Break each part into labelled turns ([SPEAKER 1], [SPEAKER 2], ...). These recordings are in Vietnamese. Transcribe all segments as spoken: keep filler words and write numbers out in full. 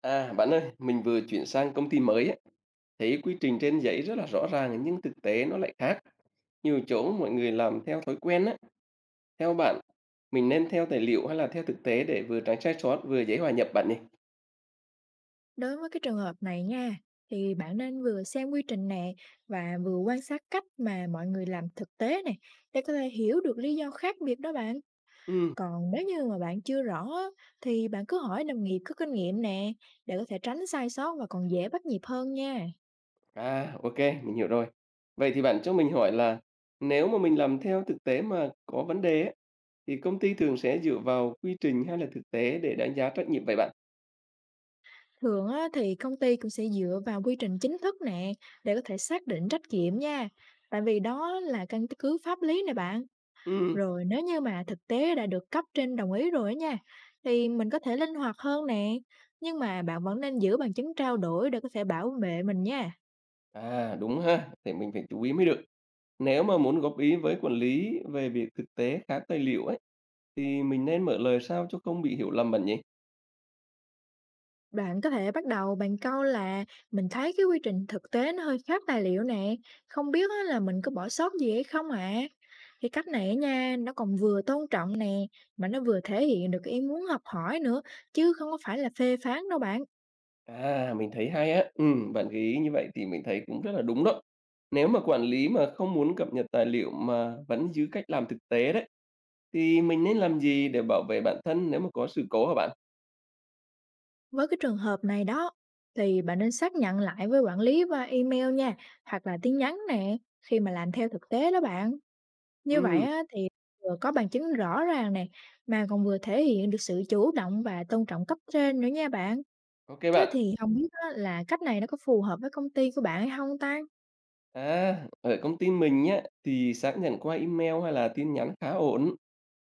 [SPEAKER 1] À, bạn ơi, mình vừa chuyển sang công ty mới ấy, thấy quy trình trên giấy rất là rõ ràng nhưng thực tế nó lại khác. Nhiều chỗ mọi người làm theo thói quen á. Theo bạn, mình nên theo tài liệu hay là theo thực tế để vừa tránh sai sót vừa dễ hòa nhập bạn nhỉ?
[SPEAKER 2] Đối với cái trường hợp này nha, thì bạn nên vừa xem quy trình nè và vừa quan sát cách mà mọi người làm thực tế này, để có thể hiểu được lý do khác biệt đó bạn.
[SPEAKER 1] Ừ,
[SPEAKER 2] Còn nếu như mà bạn chưa rõ á, thì bạn cứ hỏi đồng nghiệp có kinh nghiệm nè, để có thể tránh sai sót và còn dễ bắt nhịp hơn nha.
[SPEAKER 1] à, ok, mình hiểu rồi. Vậy thì bạn cho mình hỏi là nếu mà mình làm theo thực tế mà có vấn đề ấy, thì công ty thường sẽ dựa vào quy trình hay là thực tế để đánh giá trách nhiệm vậy bạn?
[SPEAKER 2] Thường á, thì công ty cũng sẽ dựa vào quy trình chính thức nè, để có thể xác định trách nhiệm nha. Tại vì đó là căn cứ pháp lý nè bạn.
[SPEAKER 1] Ừ,
[SPEAKER 2] Rồi nếu như mà thực tế đã được cấp trên đồng ý rồi á nha, thì mình có thể linh hoạt hơn nè. Nhưng mà bạn vẫn nên giữ bằng chứng trao đổi, để có thể bảo vệ mình nha.
[SPEAKER 1] à, đúng ha, thì mình phải chú ý mới được. Nếu mà muốn góp ý với quản lý về việc thực tế khá tài liệu ấy, thì mình nên mở lời sao cho không bị hiểu lầm bạn nhỉ?
[SPEAKER 2] Bạn có thể bắt đầu bằng câu là: mình thấy cái quy trình thực tế nó hơi khác tài liệu nè, không biết á là mình có bỏ sót gì hay không ạ. Cái cách này á nha, nó còn vừa tôn trọng nè, mà nó vừa thể hiện được cái ý muốn học hỏi nữa, chứ không có phải là phê phán đâu bạn.
[SPEAKER 1] À, mình thấy hay á. Ừm, bạn gợi ý như vậy thì mình thấy cũng rất là đúng đó. Nếu mà quản lý mà không muốn cập nhật tài liệu mà vẫn giữ cách làm thực tế đấy, thì mình nên làm gì để bảo vệ bản thân nếu mà có sự cố hả bạn?
[SPEAKER 2] Với cái trường hợp này đó, thì bạn nên xác nhận lại với quản lý qua i meo nha, hoặc là tin nhắn nè, khi mà làm theo thực tế đó bạn. Như vậy
[SPEAKER 1] Ừm,
[SPEAKER 2] á, thì vừa có bằng chứng rõ ràng nè, mà còn vừa thể hiện được sự chủ động và tôn trọng cấp trên nữa nha bạn.
[SPEAKER 1] ok
[SPEAKER 2] Thế
[SPEAKER 1] bạn.
[SPEAKER 2] thì không biết á, là cách này nó có phù hợp với công ty của bạn hay không ta?
[SPEAKER 1] À, ở công ty mình nhá, thì xác nhận qua email hay là tin nhắn khá ổn.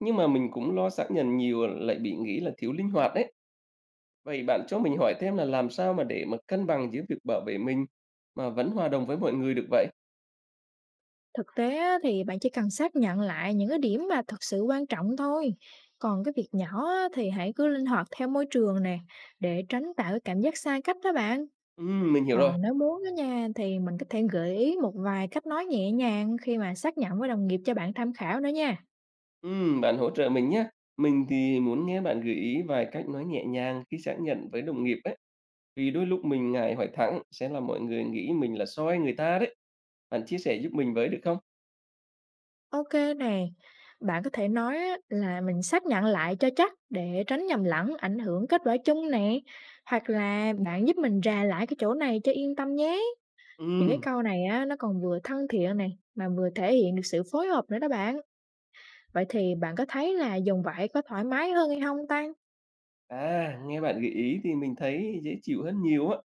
[SPEAKER 1] Nhưng mà mình cũng lo xác nhận nhiều lại bị nghĩ là thiếu linh hoạt đấy. Vậy bạn cho mình hỏi thêm là làm sao mà để mà cân bằng giữa việc bảo vệ mình mà vẫn hòa đồng với mọi người được vậy?
[SPEAKER 2] Thực tế á, thì bạn chỉ cần xác nhận lại những cái điểm mà thực sự quan trọng thôi. Còn cái việc nhỏ á, thì hãy cứ linh hoạt theo môi trường nè, để tránh tạo cái cảm giác xa cách đó bạn.
[SPEAKER 1] Ừm, mình hiểu rồi.
[SPEAKER 2] Còn nếu muốn á nha, thì mình có thể gợi ý một vài cách nói nhẹ nhàng khi mà xác nhận với đồng nghiệp, cho bạn tham khảo nữa nha.
[SPEAKER 1] Ừm, bạn hỗ trợ mình nhé. Mình thì muốn nghe bạn gợi ý vài cách nói nhẹ nhàng khi xác nhận với đồng nghiệp ấy. Vì đôi lúc mình ngại hỏi thẳng sẽ làm mọi người nghĩ mình là soi người ta đấy. Bạn chia sẻ giúp mình với được không?
[SPEAKER 2] Ok nè, bạn có thể nói á, là mình xác nhận lại cho chắc, để tránh nhầm lẫn ảnh hưởng kết quả chung nè. Hoặc là bạn giúp mình rà lại cái chỗ này cho yên tâm nhé. Những cái
[SPEAKER 1] Ừm.
[SPEAKER 2] câu này á, nó còn vừa thân thiện này, mà vừa thể hiện được sự phối hợp nữa đó bạn. Vậy thì bạn có thấy là dùng vậy có thoải mái hơn hay không ta?
[SPEAKER 1] À, nghe bạn gợi ý thì mình thấy dễ chịu hơn nhiều á,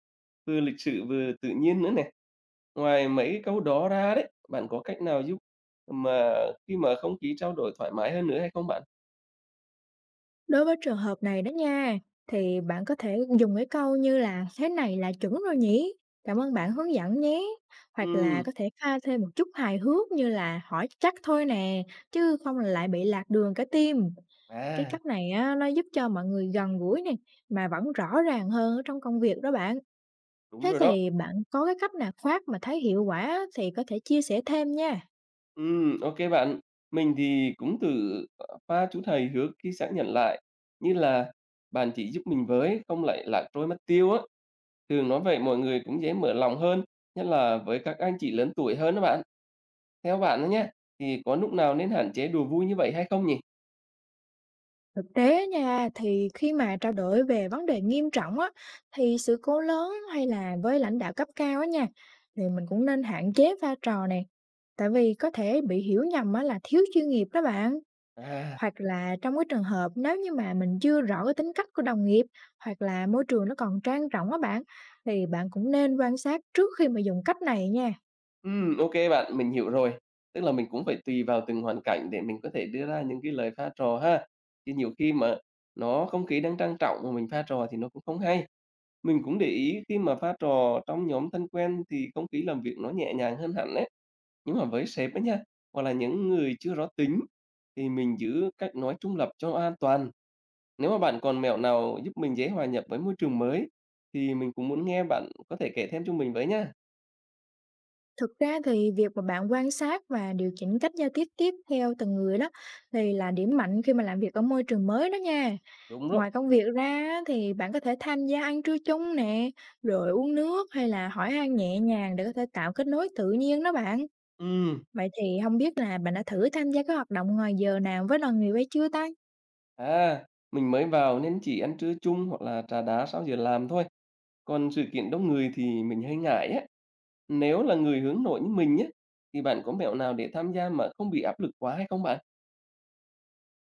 [SPEAKER 1] vừa lịch sự vừa tự nhiên nữa nè. Ngoài mấy cái câu đó ra đấy, bạn có cách nào giúp mà khi mà không khí trao đổi thoải mái hơn nữa hay không bạn?
[SPEAKER 2] Đối với trường hợp này đó nha, thì bạn có thể dùng cái câu như là "Thế này là chuẩn rồi nhỉ? Cảm ơn bạn hướng dẫn nhé." Hoặc là
[SPEAKER 1] Ừm,
[SPEAKER 2] có thể pha thêm một chút hài hước như là "Hỏi chắc thôi nè, chứ không là lại bị lạc đường cả tim". Cái
[SPEAKER 1] à,
[SPEAKER 2] cách này á, nó giúp cho mọi người gần gũi nè, mà vẫn rõ ràng hơn ở trong công việc đó bạn.
[SPEAKER 1] đúng
[SPEAKER 2] Thế
[SPEAKER 1] rồi đó.
[SPEAKER 2] thì bạn có cái cách nào khác mà thấy hiệu quả, thì có thể chia sẻ thêm nha.
[SPEAKER 1] Ừ, ok bạn. Mình thì cũng tự pha chú thầy hứa khi xác nhận lại, như là bạn chỉ giúp mình với, không lại lạc trôi mất tiêu á. Thường nói vậy mọi người cũng dễ mở lòng hơn, nhất là với các anh chị lớn tuổi hơn đó bạn. Theo bạn đó nhé thì có lúc nào nên hạn chế đùa vui như vậy hay không nhỉ?
[SPEAKER 2] Thực tế nha, thì khi mà trao đổi về vấn đề nghiêm trọng á, thì sự cố lớn hay là với lãnh đạo cấp cao á nha, thì mình cũng nên hạn chế pha trò này. Tại vì có thể bị hiểu nhầm á là thiếu chuyên nghiệp đó bạn.
[SPEAKER 1] À,
[SPEAKER 2] Hoặc là trong cái trường hợp nếu như mà mình chưa rõ cái tính cách của đồng nghiệp, hoặc là môi trường nó còn trang trọng á bạn, thì bạn cũng nên quan sát trước khi mà dùng cách này nha.
[SPEAKER 1] ừm, ô bạn, mình hiểu rồi. Tức là mình cũng phải tùy vào từng hoàn cảnh để mình có thể đưa ra những cái lời pha trò ha. Chứ nhiều khi mà nó không khí đang trang trọng mà mình pha trò thì nó cũng không hay. Mình cũng để ý khi mà pha trò trong nhóm thân quen thì không khí làm việc nó nhẹ nhàng hơn hẳn đấy. Nhưng mà với sếp á nha, hoặc là những người chưa rõ tính thì mình giữ cách nói trung lập cho an toàn. Nếu mà bạn còn mẹo nào giúp mình dễ hòa nhập với môi trường mới thì mình cũng muốn nghe bạn có thể kể thêm cho mình với nhá.
[SPEAKER 2] Thực ra thì việc mà bạn quan sát và điều chỉnh cách giao tiếp tiếp theo từng người đó, thì là điểm mạnh khi mà làm việc ở môi trường mới đó nha.
[SPEAKER 1] Đúng đó.
[SPEAKER 2] Ngoài công việc ra á, thì bạn có thể tham gia ăn trưa chung nè, rồi uống nước hay là hỏi han nhẹ nhàng, để có thể tạo kết nối tự nhiên đó bạn.
[SPEAKER 1] Ừm,
[SPEAKER 2] Vậy thì không biết là bạn đã thử tham gia các hoạt động ngoài giờ nào với đoàn người hay chưa ta?
[SPEAKER 1] à, mình mới vào nên chỉ ăn trưa chung hoặc là trà đá sau giờ làm thôi, còn sự kiện đông người thì mình hơi ngại á. Nếu là người hướng nội như mình nhá, thì bạn có mẹo nào để tham gia mà không bị áp lực quá hay không bạn?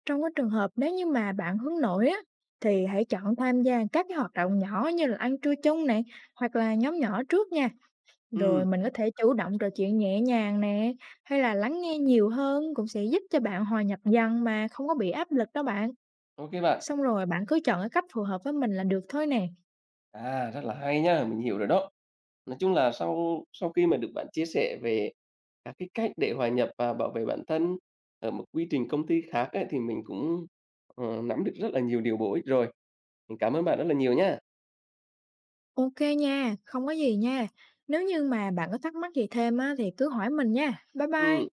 [SPEAKER 2] Trong cái trường hợp nếu như mà bạn hướng nội á, thì hãy chọn tham gia các cái hoạt động nhỏ như là ăn trưa chung này, hoặc là nhóm nhỏ trước nha. Rồi
[SPEAKER 1] Ừ,
[SPEAKER 2] mình có thể chủ động trò chuyện nhẹ nhàng nè, hay là lắng nghe nhiều hơn, cũng sẽ giúp cho bạn hòa nhập dần mà không có bị áp lực đó bạn.
[SPEAKER 1] ok bạn.
[SPEAKER 2] Xong rồi bạn cứ chọn cái cách phù hợp với mình là được thôi nè.
[SPEAKER 1] À, rất là hay nha, mình hiểu rồi đó. Nói chung là sau sau khi mà được bạn chia sẻ về các cái cách để hòa nhập và bảo vệ bản thân ở một quy trình công ty khác ấy, thì mình cũng, ờ, nắm được rất là nhiều điều bổ ích rồi. Mình cảm ơn bạn rất là nhiều nhá.
[SPEAKER 2] Ok nha, không có gì nha. Nếu như mà bạn có thắc mắc gì thêm á, thì cứ hỏi mình nha. Bye bye.
[SPEAKER 1] Ừm.